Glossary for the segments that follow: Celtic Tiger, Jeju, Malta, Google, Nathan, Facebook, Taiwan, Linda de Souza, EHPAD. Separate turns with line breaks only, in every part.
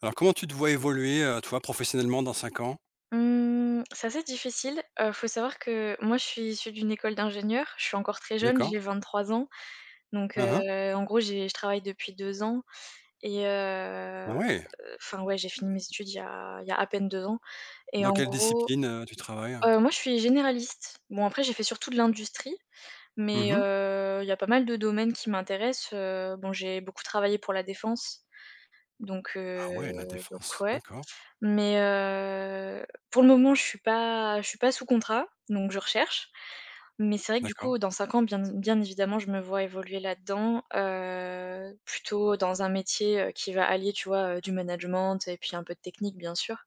Alors comment tu te vois évoluer, toi, professionnellement dans 5 ans?
Mmh, c'est assez difficile. Faut savoir que moi, je suis issue d'une école d'ingénieur. Je suis encore très jeune,
D'accord.
j'ai 23 ans. Donc,
Hein, hein.
en gros, j'ai je travaille depuis 2 ans et
Ah ouais!
enfin, ouais, j'ai fini mes études il y a à peine 2 ans et
Dans
en
quelle
gros,
discipline, tu travailles?
moi, je suis généraliste. Bon, après, j'ai fait surtout de l'industrie, mais,
Mmh.
il y a pas mal de domaines qui m'intéressent. Bon, j'ai beaucoup travaillé pour la défense, donc, heu,
Ah ouais, la
donc
défense.
ouais.
D'accord,
Mais pour le moment, je suis pas sous contrat, donc je recherche. Mais c'est vrai que du
d'accord.
coup, dans 5 ans, bien bien évidemment, je me vois évoluer là-dedans, plutôt dans un métier, qui va allier, tu vois, du management et puis un peu de technique, bien sûr.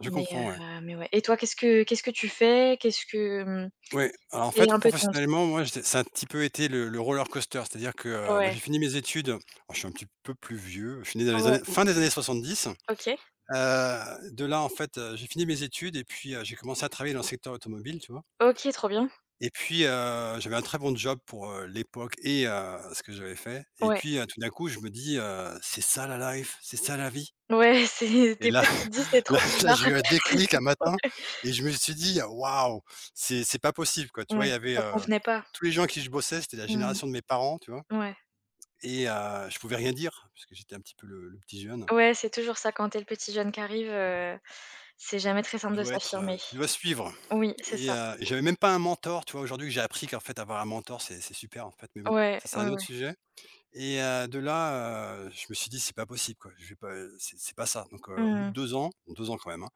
Je
Mais
comprends, ouais.
heu, mais ouais. Et toi, qu'est-ce que tu fais?
Ouais, alors en
Quel est
fait,
un peu ton truc?
professionnellement, moi, j'étais ça a un petit peu été le roller coaster. C'est-à-dire que, bah,
Ouais,
j'ai fini mes études. Alors je suis un petit peu plus vieux, je suis né dans les
ouais,
années fin des années 70.
OK.
De là, en fait, j'ai fini mes études et puis, j'ai commencé à travailler dans le secteur automobile, tu vois?
OK, trop bien.
Et puis, j'avais un très bon job pour, l'époque et ce que j'avais fait et
Ouais,
puis, tout d'un coup, je me dis: «C'est ça la life, c'est ça la vie».
ouais, c'est
Et
des
là
fois, tu te dis: «C'est
là
trop
là, j'ai
bizarre».
eu un déclic un matin et je me suis dit: «Waouh, c'est pas possible, quoi». Tu
Ouais,
vois? Il y avait,
ça te convenait pas.
tous les gens avec qui je bossais, c'était la
Mmh,
génération de mes parents, tu vois?
ouais.
Et je pouvais rien dire parce que j'étais un petit peu le petit jeune.
Ouais, c'est toujours ça quand tu le petit jeune qui arrive, c'est jamais très simple de s'affirmer.
Tu dois suivre
Oui, c'est
et
ça.
heu, et j'avais même pas un mentor, tu vois? Aujourd'hui, j'ai appris qu'en fait, avoir un mentor, c'est super, en fait, mais bon,
Ouais,
ça, c'est
ouais,
un autre
ouais.
sujet. Et de là, je me suis dit: «C'est pas possible quoi, je vais pas, c'est pas ça». Donc au bout de
Mmh,
2 ans, bon, 2 ans quand même, hein,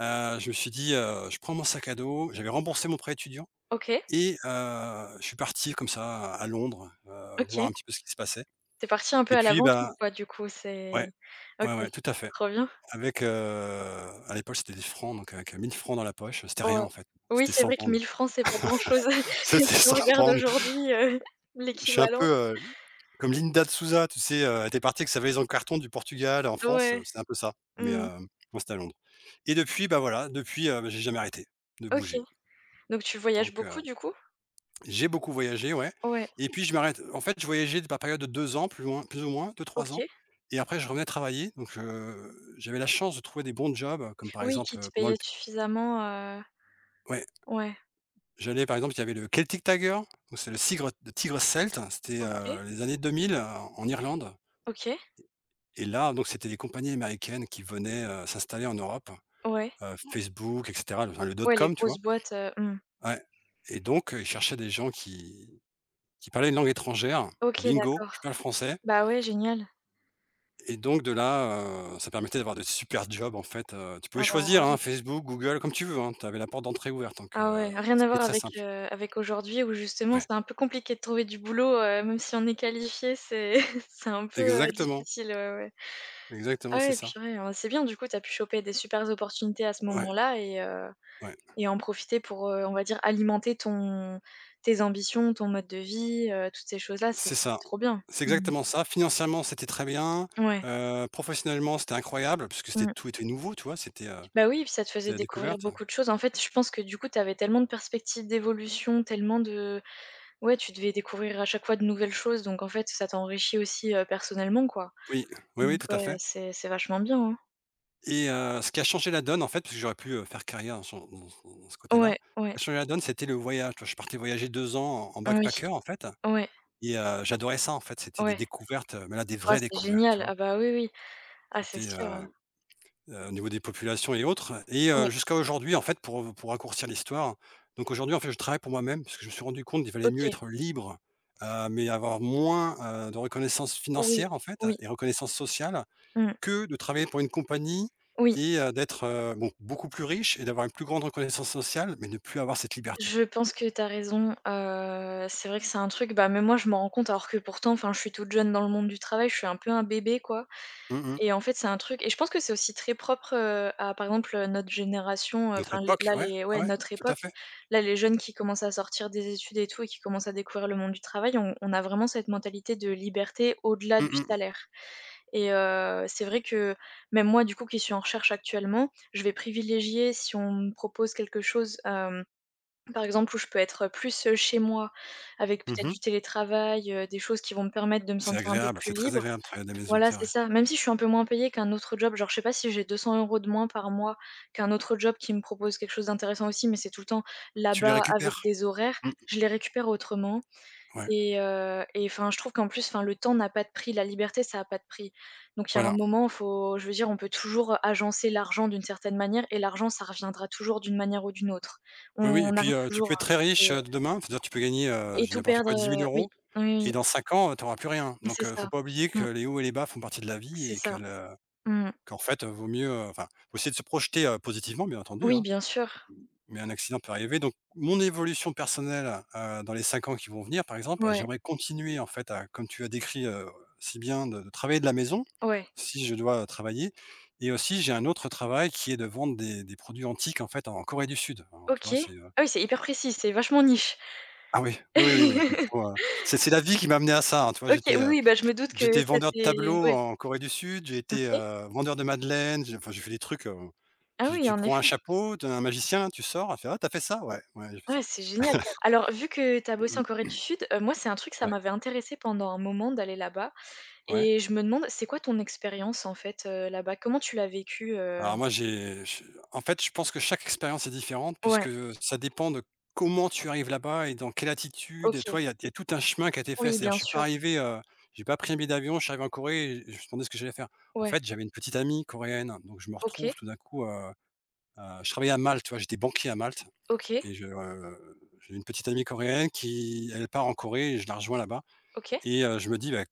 je me suis dit: «Je prends mon sac à dos». J'avais remboursé mon prêt étudiant
OK,
et je suis parti comme ça à Londres, voir
OK.
un petit peu ce qui se passait.
Tu es parti un peu
Et
à
puis
l'aventure
bah,
quoi du coup, c'est
ouais,
OK,
ouais, ouais, tout à fait.
trop bien.
Avec, heu, à l'époque, c'était des francs, donc avec, 1000 francs dans la poche, c'était rien
Ouais.
en fait,
Oui,
c'était
c'est
100
vrai que
pounds.
1000 francs c'est pas grand-chose
C'était
si on
100
regarde
pounds.
aujourd'hui,
Je suis un peu,
l'équivalent.
heu, comme Linda de Souza, tu sais, elle était partie avec sa valise en carton du Portugal en France,
Ouais.
c'était un peu ça, mais,
Mmh.
moi c'était à Londres. Et depuis, bah, voilà, depuis, j'ai jamais arrêté de
OK.
bouger.
Donc tu voyages
Donc,
beaucoup du coup?
j'ai beaucoup voyagé, ouais.
Ouais,
Et puis je m'arrête en fait, je voyageais par période de 2 ans, plus loin plus ou moins, deux trois ans,
OK.
et après je revenais travailler. Donc, j'avais la chance de trouver des bons jobs comme par
Oui, qui
exemple,
te
pendant
payaient
le
suffisamment, heu
ouais,
ouais.
j'allais par exemple, il y avait le Celtic Tiger. Donc c'est le tigre celte, c'était,
OK,
les années 2000 en Irlande.
OK.
Et là, donc c'était des compagnies américaines qui venaient, s'installer en Europe,
Ouais.
Facebook et cetera, le
Ouais, les
dot-com, tu
grosses
vois?
boîtes, mmh.
Ouais. Et donc ils cherchaient des gens qui parlaient une langue étrangère.
OK,
Bingo, je
d'accord.
parle français.
Bah, ouais, génial.
Et donc de là, ça permettait d'avoir de super jobs en fait, tu pouvais
Ah bah,
choisir,
ouais.
hein, Facebook, Google, comme tu veux, hein, tu avais la porte d'entrée ouverte donc
Ah ouais, rien à
c'était
voir
très
avec,
simple.
heu, avec aujourd'hui où justement
Ouais,
c'est un peu compliqué de trouver du boulot, même si on est qualifié, c'est c'est un peu,
exactement,
difficile, ouais, ouais. Ah
exactement, c'est
ouais,
ça.
purée, ah, c'est bien du coup, tu as pu choper des supers opportunités à ce
Ouais,
moment-là et heu
ouais.
et en profiter pour, on va dire alimenter ton tes ambitions, ton mode de vie, toutes ces choses-là, c'est
C'est
c'est
ça.
trop bien.
C'est
Mmh.
exactement ça. Financièrement, c'était très bien.
Ouais.
Professionnellement, c'était incroyable parce que c'était
Mmh.
tout était nouveau, tu vois? C'était, heu,
Bah oui, puis ça te
c'était
faisait
la
découvrir
découverte.
beaucoup de choses. En fait, je pense que du coup, tu avais tellement de perspectives d'évolution, tellement de Ouais, tu devais découvrir à chaque fois de nouvelles choses, donc en fait, ça t'enrichit aussi, personnellement, quoi.
Oui, oui,
Donc
oui, tout à
ouais,
fait.
c'est vachement bien, hein.
Et ce qui a changé la donne, en fait, parce que j'aurais pu, faire carrière dans ce côté-là.
Ouais,
Ce
ouais,
qui a changé la donne, c'était le voyage, tu vois? Je partais voyager 2 ans en
oui,
backpacker, en fait.
ouais,
Et j'adorais ça, en fait. C'était des
ouais.
découvertes, mais là, des
Ah,
vraies
c'est
découvertes, tu
génial.
vois?
Ah bah, oui, oui. Ah, c'est
C'était,
sûr, hein.
euh, Au niveau des populations et autres. Et
Ouais,
jusqu'à aujourd'hui, en fait, pour raccourcir l'histoire, donc aujourd'hui, en fait, je travaille pour moi-même parce que je me suis rendu compte qu'il valait mieux
OK.
être libre, mais avoir moins, de reconnaissance
Oui,
financière, en fait
oui,
et reconnaissance sociale,
mmh,
que de travailler pour une compagnie
oui.
et d'être, bon, beaucoup plus riche et d'avoir une plus grande reconnaissance sociale, mais ne plus avoir cette liberté.
Je pense que t'as raison, c'est vrai que c'est un truc, bah, même moi, je m'en rends compte alors que pourtant, enfin, je suis toute jeune dans le monde du travail, je suis un peu un bébé, quoi.
Mmh.
Et en fait, c'est un truc et je pense que c'est aussi très propre, à par exemple, notre génération,
Notre
enfin les
époque,
là
ouais,
les
ouais,
ouais,
ouais,
notre
tout à
époque.
fait.
Là, les jeunes qui commencent à sortir des études et tout et qui commencent à découvrir le monde du travail, on a vraiment cette mentalité de liberté au-delà
Mmh
du
mh.
salaire et c'est vrai que même moi, du coup, qui suis en recherche actuellement, je vais privilégier si on me propose quelque chose, par exemple, où je peux être plus, chez moi avec peut-être
Mmh.
du télétravail, des choses qui vont me permettre de me
C'est
sentir un peu
agréable,
plus
c'est très
libre
agréable de travailler à la maison,
voilà,
c'est
c'est
vrai.
ça. Même si je suis un peu moins payée qu'un autre job, genre, je sais pas si j'ai 200 euros de moins par mois qu'un autre job qui me propose quelque chose d'intéressant aussi, mais c'est tout le temps
Tu les
là-bas avec
récupères.
des horaires,
Mmh,
je les récupère autrement
ouais,
et enfin, je trouve qu'en plus, enfin, le temps n'a pas de prix, la liberté, ça a pas de prix. Donc il y a un
voilà.
moment, faut je veux dire, on peut toujours agencer l'argent d'une certaine manière et l'argent, ça reviendra toujours d'une manière ou d'une autre. On
Oui, oui. Et
on arrive
puis, tu
toujours
peux
à
être très riche,
retrouver,
demain, c'est-à-dire tu peux gagner,
et
je dis
tout
n'importe
perdre,
quoi dix mille
oui,
euros,
oui,
et dans 5 ans, tu auras plus rien.
oui, c'est
Donc faut
ça.
pas oublier
Mmh,
que les hauts et les bas font partie de la
c'est
vie et que
ça.
le
Mmh.
qu'en fait, vaut mieux, enfin, faut essayer de se projeter, positivement bien entendu,
Oui,
hein,
bien sûr.
mais un accident peut arriver. Donc mon évolution personnelle, dans les 5 ans qui vont venir par exemple,
Ouais.
j'aimerais continuer en fait à comme tu as décrit, si bien de travailler de la maison,
Ouais,
si je dois, travailler, et aussi j'ai un autre travail qui est de vendre des produits antiques en fait en Corée du Sud. Alors tu
OK.
vois, c'est,
Ah oui, c'est hyper précis, c'est vachement niche.
ah oui, oui, oui, oui, oui, c'est la vie qui m'a amené à ça, hein, tu vois?
OK,
J'étais,
oui,
heu,
oui, bah, je me doute que
j'étais
ça
vendeur de
t'est
tableaux
ouais,
en Corée du Sud, j'ai été,
OK.
vendeur de madeleines, j'ai enfin j'ai fait des trucs,
Ah
tu
oui,
tu
en
prends un
effet.
chapeau, tu un magicien, tu sors, elle fait: «Ah, tu as fait ça?» «Ouais, ouais, j'ai fait
Ouais,
ça».
c'est génial. Alors vu que tu as bossé en
Mmh.
Corée du Sud, moi, c'est un truc, ça
Ouais,
m'avait intéressé pendant un moment d'aller là-bas
ouais.
et je me demande, c'est quoi ton expérience, en fait, là-bas? Comment tu l'as vécu?
Alors moi j'ai je en fait, je pense que chaque expérience est différente puisque,
Ouais,
ça dépend de comment tu arrives là-bas et dans quelle attitude et
OK.
toi, il y a tout un chemin qui a été fait.
Oui,
C'est-à-dire
bien
je suis pas
sûr.
arrivé, j'ai pas pris un billet d'avion, je suis arrivé en Corée et je me demandais ce que j'allais faire. En
Ouais.
fait, j'avais une petite amie coréenne, donc je me
OK,
retrouve tout d'un coup, je travaillais à Malte, tu vois? J'étais banquier à Malte
OK,
et j'ai une petite amie coréenne qui elle part en Corée et je la rejoins là-bas.
OK.
Et je me dis: «Bah,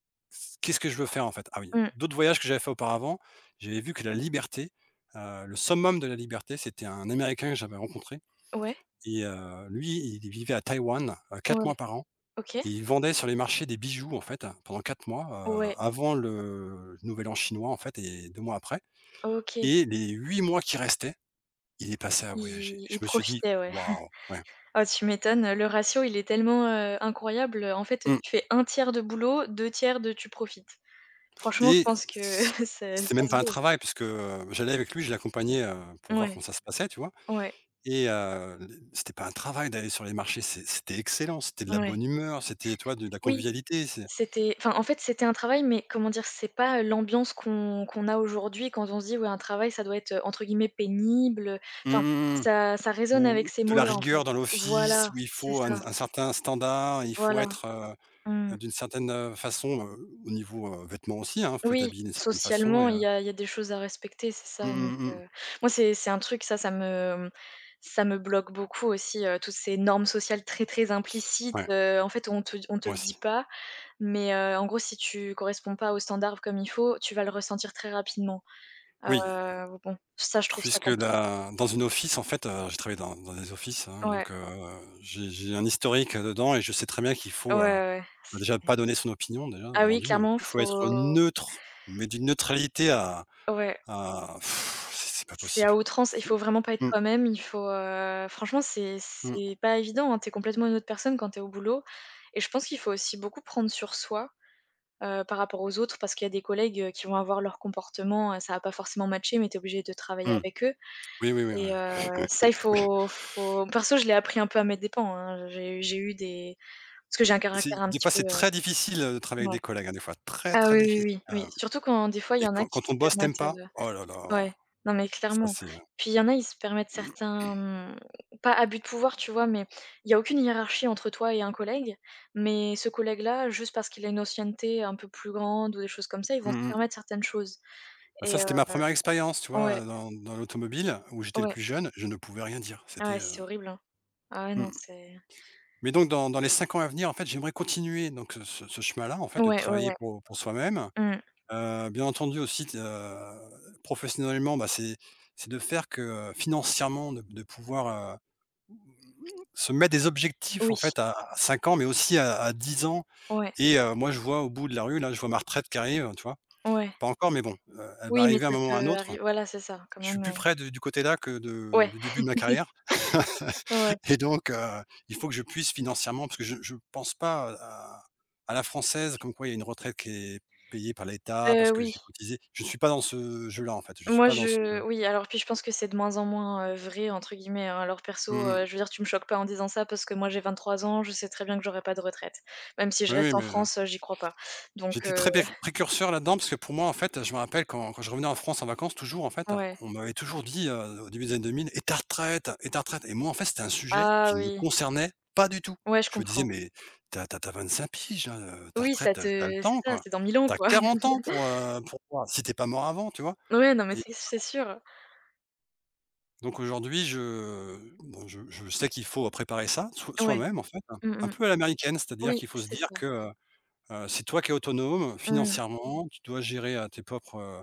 qu'est-ce que je veux faire, en fait?» Ah oui,
Mmh.
d'autres voyages que j'avais fait auparavant, j'avais vu que la liberté, le summum de la liberté, c'était un Américain que j'avais rencontré.
Ouais,
Et lui, il vivait à Taïwan, 4
ouais,
mois par an,
OK.
et il vendait sur les marchés des bijoux, en fait, pendant 4 mois,
Ouais,
avant le nouvel an chinois, en fait, et 2 mois après,
OK.
et les 8 mois qui restaient, il est passé à voyager.
Ils
Je
ils
me suis dit:
profitaient, ouais.
«Waouh!» Ouais,
Ah, tu m'étonnes, le ratio, il est tellement, incroyable. En fait,
mmh.
tu fais un tiers de boulot, deux tiers de tu profites. Franchement, je
Et
pense que
c
ça
c'était même
ça se
pas un
vaut.
travail puisque, j'allais avec lui, je l'accompagnais, pour voir
Ouais,
comment ça se passait, tu vois?
ouais,
Et c'était pas un travail d'aller sur les marchés, c'était excellent, c'était de la
ouais.
bonne humeur, c'était, toi de la
Oui,
convivialité, c'est.
c'était enfin, en fait, c'était un travail, mais comment dire? C'est pas l'ambiance qu'on a aujourd'hui quand on se dit: «Ouais, un travail, ça doit être, entre guillemets, pénible», enfin,
Mmh mh.
ça résonne avec
Ou
ces
de la
mots-là, en fait.
rigueur dans l'office
Voilà,
où il
c'est
faut un
ça,
un certain standard, il faut
voilà.
être,
Mmh.
d'une certaine, façon, au niveau, vêtements aussi, il faut être
Oui,
habillé d'une certaine façon et
socialement, il
heu
y a il y a des choses à respecter, c'est ça,
Mmh
donc
mh mh.
moi, c'est un truc, ça, ça me bloque beaucoup aussi, toutes ces normes sociales très, très implicites,
Ouais,
en fait, on te
moi
le dit
aussi.
pas, mais en gros, si tu corresponds pas aux standards comme il faut, tu vas le ressentir très rapidement.
Oui,
Bon, ça, je trouve ça
puisque
compliqué.
la dans une office, en fait, j'ai travaillé dans des offices, hein,
Ouais,
donc j'ai un historique dedans et je sais très bien qu'il
ouais,
faut,
ouais,
heu
ouais.
Bah,
C'est
déjà pas donner son opinion déjà,
ah
avant
oui,
d'une.
clairement,
Il faut être
faut
neutre, mais d'une neutralité à
ouais.
à pff, c'est pas
C'est à
possible.
outrance, il
C'est
faut vraiment pas être
Mmh,
toi-même, il faut, franchement c'est
mmh,
c'est pas évident, hein. Tu es complètement une autre personne quand tu es au boulot et je pense qu'il faut aussi beaucoup prendre sur soi, par rapport aux autres parce qu'il y a des collègues, qui vont avoir leur comportement, ça va pas forcément matcher mais tu es obligé de travailler
mmh.
avec eux
Oui, oui, oui,
et
oui.
ça il faut perso je l'ai appris un peu à mes dépens, hein. J'ai eu des parce que j'ai un
C'est
caractère un
des
petit
fois,
peu,
c'est très difficile, de travailler avec
ouais.
des collègues, hein, des fois très,
Ah
très
oui, oui,
difficile,
oui,
heu
oui, surtout quand des fois il y
et
en a
quand
qui
quand
se
ton boss t'aime
permettent,
pas, oh là là,
Ouais, non mais
ça
clairement.
c'est.
Puis il y en a, ils se permettent certains, pas abus de pouvoir, tu vois? Mais il y a aucune hiérarchie entre toi et un collègue, mais ce collègue-là, juste parce qu'il a une ancienneté un peu plus grande ou des choses comme ça, ils vont se
Mmh mh.
permettre certaines choses
Bah,
et
ça, c'était ma première expérience, tu vois,
ouais,
dans l'automobile où j'étais le
ouais,
plus jeune, je ne pouvais rien dire. C'était,
ouais, c'est horrible, hein. Ah ouais, non,
mmh
c'est
Mais donc dans les 5 ans à venir, en fait, j'aimerais continuer donc ce chemin-là, en fait, de
ouais, ouais,
travailler
ouais,
pour soi-même.
mmh,
Bien entendu aussi t professionnellement, bah, c'est de faire que, financièrement de pouvoir, heu, se mettre des objectifs
oui,
en fait à 5 ans, mais aussi à 10 ans.
ouais,
Et moi je vois au bout de la rue là, je vois ma retraite qui arrive, tu vois?
ouais.
Pas encore, mais bon, elle va
Oui, mais
arriver à un
ça
moment ou à un
peut
autre.
arriver. Voilà, c'est ça, quand
Je suis
même,
plus près de du côté là que de
ouais,
du début de ma carrière
ouais, ouais,
et donc il faut que je puisse financièrement parce que je pense pas à la française comme quoi il y a une retraite qui est payée par l'État parce que
oui.
j'ai cotisé. Je ne suis pas dans ce jeu là, en fait, je ne suis
Moi,
pas dans ce
je oui, alors puis je pense que c'est de moins en moins, «vrai» entre guillemets, hein. Alors perso,
mmh.
je veux dire, tu me choques pas en disant ça parce que moi j'ai 23 ans, je sais très bien que j'aurai pas de retraite. Même si je
Oui,
reste
oui,
en
mais
France, j'y crois pas. Donc
j'étais
heu,
très précurseur là-dedans parce que pour moi, en fait, je me rappelle quand je revenais en France en vacances toujours, en fait,
ouais.
on m'avait toujours dit, au début des années 2000: «Et ta retraite? Et ta retraite ?» Et moi, en fait, c'était un sujet
Ah
qui ne me
oui.
concernait pas du tout.
Ouais, je
Je me disais:
comprends.
«Mais t'as as tu 25 piges là, ta
Oui, ça
retraite, t'as tu le
te c'est
temps
ça,
quoi.
c'est dans 1000 ans,
T'as as
quoi.
40 ans pour voir si t'es pas mort avant», tu vois?
Ouais, non, mais
Et
c'est sûr.
donc aujourd'hui, je bon, je sais qu'il faut préparer ça,
Ouais.
soi-même en fait, hein,
Mmh
un
mh.
peu à l'américaine, c'est-à-dire
Oui,
qu'il faut se
c'est
dire
ça.
que, c'est toi qui es autonome
Mmh.
financièrement, tu dois gérer,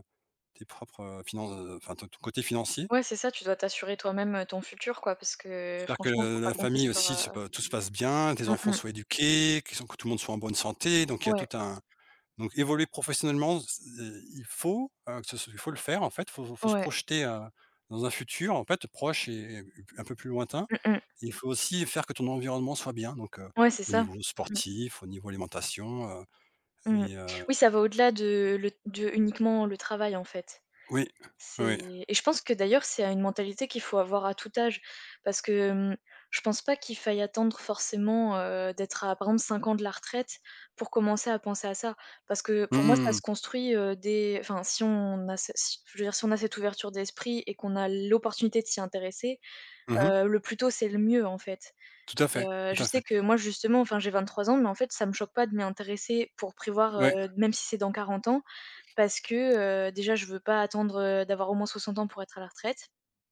tes propres, finan enfin ton côté financier.
Ouais, c'est ça, tu dois t'assurer toi-même, ton futur, quoi, parce que
Faire que
franchement, faut
la
pas
la
compter
famille
sur,
aussi se pa tout se passe bien, tes
mmh
enfants
mh.
soient éduqués, qu'ils sont que tout le monde soit en bonne santé, donc il y a
Ouais,
tout un donc évoluer professionnellement, c il faut, que ce soit il faut le faire en fait, faut se
ouais.
projeter, dans un futur en fait proche et un peu plus lointain.
Mmh mh.
Il faut aussi faire que ton environnement soit bien, donc
Ouais, c'est
au
ça.
niveau
Mmh.
sportif, au niveau alimentation,
Mmh.
et
Oui, ça va au-delà de le de uniquement le travail, en fait.
oui,
C'est
oui.
et je pense que d'ailleurs, c'est une mentalité qu'il faut avoir à tout âge parce que, je pense pas qu'il faille attendre forcément, d'être à, par exemple, 5 ans de la retraite pour commencer à penser à ça. Parce que pour moi, ça
Mmh.
se construit, dès enfin, si on a ce si je veux dire, si on a cette ouverture d'esprit et qu'on a l'opportunité de s'y intéresser,
Mmh.
le plus tôt, c'est le mieux, en fait.
Tout à
Et
fait, tout
je
à
sais
fait.
que moi justement, enfin j'ai 23 ans, mais en fait ça me choque pas de m'y intéresser pour prévoir,
Ouais,
même si c'est dans 40 ans, parce que, déjà je veux pas attendre, d'avoir au moins 60 ans pour être à la retraite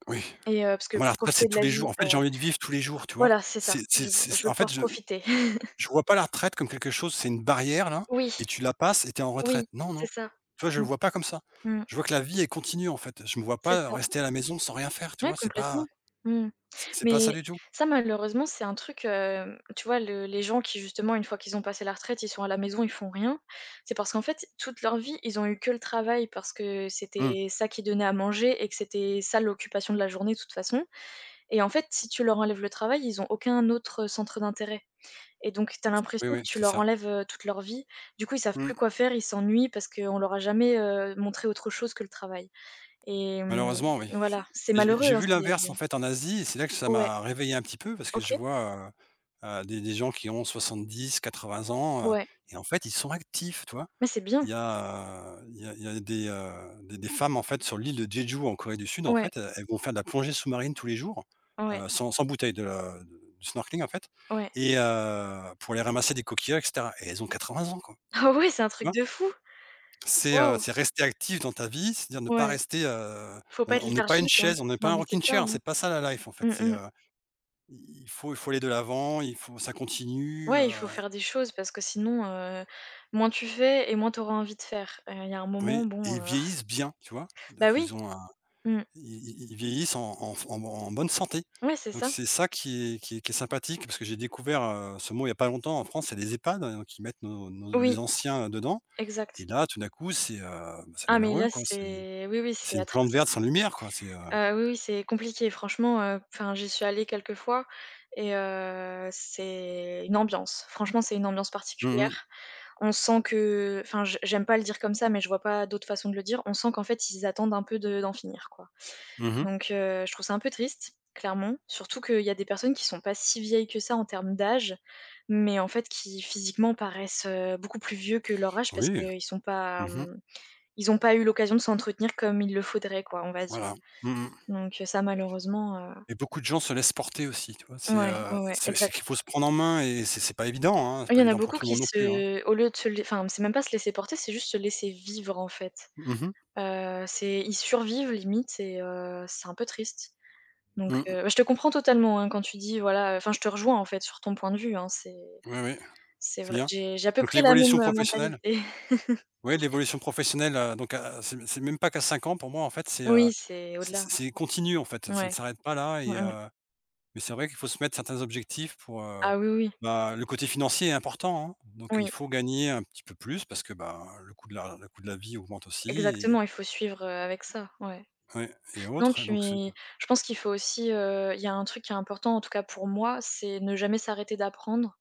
oui.
et parce que
Ah moi, la
pour
retraite, c'est
profiter de
tous
la
les jours.
vie,
En fait, j'ai envie de vivre tous les jours, tu vois?
voilà, c'est ça,
C'est
je
c'est
veux
c'est
je veux
en
pouvoir
fait,
profiter.
je vois pas la retraite comme quelque chose, c'est une barrière là
Oui,
et tu la passes et tu es en
oui,
retraite. Non,
c'est
non.
ça.
Tu vois, je
Mmh.
le vois pas comme ça.
Mmh.
Je vois que la vie est continue, en fait. Je me vois
C'est
pas
ça.
rester à la maison sans rien faire, tu
Ouais,
vois?
complètement. Mmh.
C'est pas ça
Mais
du tout.
ça, malheureusement, c'est un truc, tu vois, le les gens qui, justement, une fois qu'ils ont passé la retraite, ils sont à la maison, ils font rien. C'est parce qu'en fait, toute leur vie, ils ont eu que le travail parce que
Mmh.
c'était ça qui donnait à manger et que c'était ça l'occupation de la journée, de toute façon et en fait, si tu leur enlèves le travail, ils ont aucun autre centre d'intérêt et donc tu as
Oui,
l'impression que
oui,
tu
c'est
leur
ça.
enlèves, toute leur vie. Du coup, ils savent plus
Mmh.
quoi faire, ils s'ennuient parce qu'on leur a jamais, montré autre chose que le travail et
Malheureusement, oui.
voilà, c'est
Et J'ai
malheureux,
j'ai
hein,
vu l'inverse, en
c'est
fait, en Asie et c'est là que ça
ouais.
m'a réveillé un petit peu parce que je
OK,
vois, des gens qui ont 70-80 ans,
ouais.
et en fait, ils sont actifs, tu vois?
Mais c'est bien.
Il y a, il y a il y a des femmes, en fait, sur l'île de Jeju, en Corée du Sud, en
Ouais,
fait, elles vont faire de la plongée sous-marine tous les jours,
ouais,
sans bouteille, de la du snorkeling, en fait
ouais.
et pour aller ramasser des coquillages et cetera et elles ont 80 ans, quoi,
Ah ouais, c'est un
tu
truc
vois?
de fou. Wow,
C'est rester actif dans ta vie, c'est-à-dire ne pas
ouais.
rester,
Faut pas être
on n'est pas une
léthargique, hein.
chaise, on n'est
Non,
pas un
mais c'est
rocking
ça,
chair,
hein.
c'est pas ça la life, en fait, c'est,
Mmh mh.
il faut aller de l'avant, il faut ça continue,
Ouais, il faut faire des choses parce que sinon, moins tu fais et moins t'auras envie de faire. Il y a un moment,
oui et
bon,
ils vieillissent bien, tu vois?
bah
Donc
oui,
ils ont
mmh.
ils vieillissent en bonne santé.
Ouais, c'est
Donc
ça.
c'est ça qui est sympathique parce que j'ai découvert, ce mot il y a pas longtemps en France, c'est les EHPAD, hein, donc ils mettent nos nos
Oui,
les anciens, dedans
exact.
et là tout d'un coup c'est, bah, c'est
Ah mais là,
malheureux quoi,
c'est oui, oui, c'est
c'est une
atroce,
plante
hein.
verte sans lumière quoi, c'est,
Oui, oui, c'est compliqué franchement, enfin, j'y suis allée quelques fois et c'est une ambiance. Franchement, c'est une ambiance
mmh mh.
particulière. On sent que enfin, je j'aime pas le dire comme ça, mais je vois pas d'autre façon de le dire. On sent qu'en fait, ils attendent un peu de d'en finir, quoi.
Mmh.
Donc, je trouve ça un peu triste, clairement. Surtout qu'il y a des personnes qui sont pas si vieilles que ça en termes d'âge, mais en fait qui physiquement paraissent, beaucoup plus vieux que leur âge parce
Oui.
qu'ils sont pas,
Mmh.
ils ont pas eu l'occasion de s'entretenir comme il le faudrait, quoi, on va dire.
Voilà. Mmh.
Donc, ça malheureusement,
Et beaucoup de gens se laissent porter aussi, tu vois? C'est,
ouais, ouais, ouais,
c'est
exact.
qu'il faut se prendre en main et c'est pas évident, hein, c'est
Il y
pas
en a
évident pour
beaucoup
tout le
qui
monde non plus, hein.
se au lieu de se lai enfin, c'est même pas se laisser porter, c'est juste se laisser vivre, en fait.
Mmh mh.
C'est ils survivent limite et c'est un peu triste. Donc
Mmh.
bah, je te comprends totalement, hein, quand tu dis voilà, enfin je te rejoins en fait sur ton point de vue, hein, c'est
Oui, oui,
c'est
c'est
vrai.
bien.
J'ai à peu
Donc
près la
l'évolution
même,
professionnelle.
mentalité.
Oui, l'évolution professionnelle, donc à c'est même pas qu'à 5 ans pour moi, en fait, c'est,
Oui, c'est au-delà.
c'est continu, en fait, ça ne
Ouais.
s'arrête pas là
Mmh
et
mh.
mais c'est vrai qu'il faut se mettre certains objectifs pour,
Ah oui, oui.
bah, le côté financier est important, hein, donc il
Oui,
faut gagner un petit peu plus parce que, bah, le coût de la vie augmente aussi
exactement, il faut suivre, avec ça, ouais.
et ouais et
Non,
autres, donc c'est
puis je pense qu'il faut aussi, il y a un truc qui est important en tout cas pour moi, c'est ne jamais s'arrêter d'apprendre.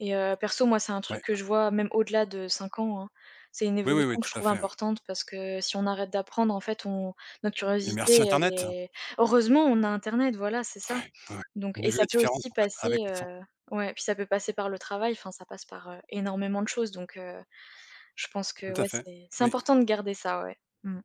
Et perso, moi, c'est un truc
ouais.
que je vois même au-delà de 5 ans, hein. C'est une
Oui, oui, oui,
évolution que
tout
je
à
trouve
fait
importante parce que si on arrête d'apprendre, en fait, on notre
et
curiosité,
merci
elle
internet.
est heureusement, on a internet, voilà, c'est ça.
Ouais,
Donc et
j'ai vu
ça
la
peut
différence,
aussi
en fait,
passer,
avec et sans.
ouais, puis ça peut passer par le travail, enfin, ça passe par, énormément de choses. Donc, je pense
Tout
que,
à
ouais,
fait,
c'est
oui.
important de garder ça, ouais. Mmh.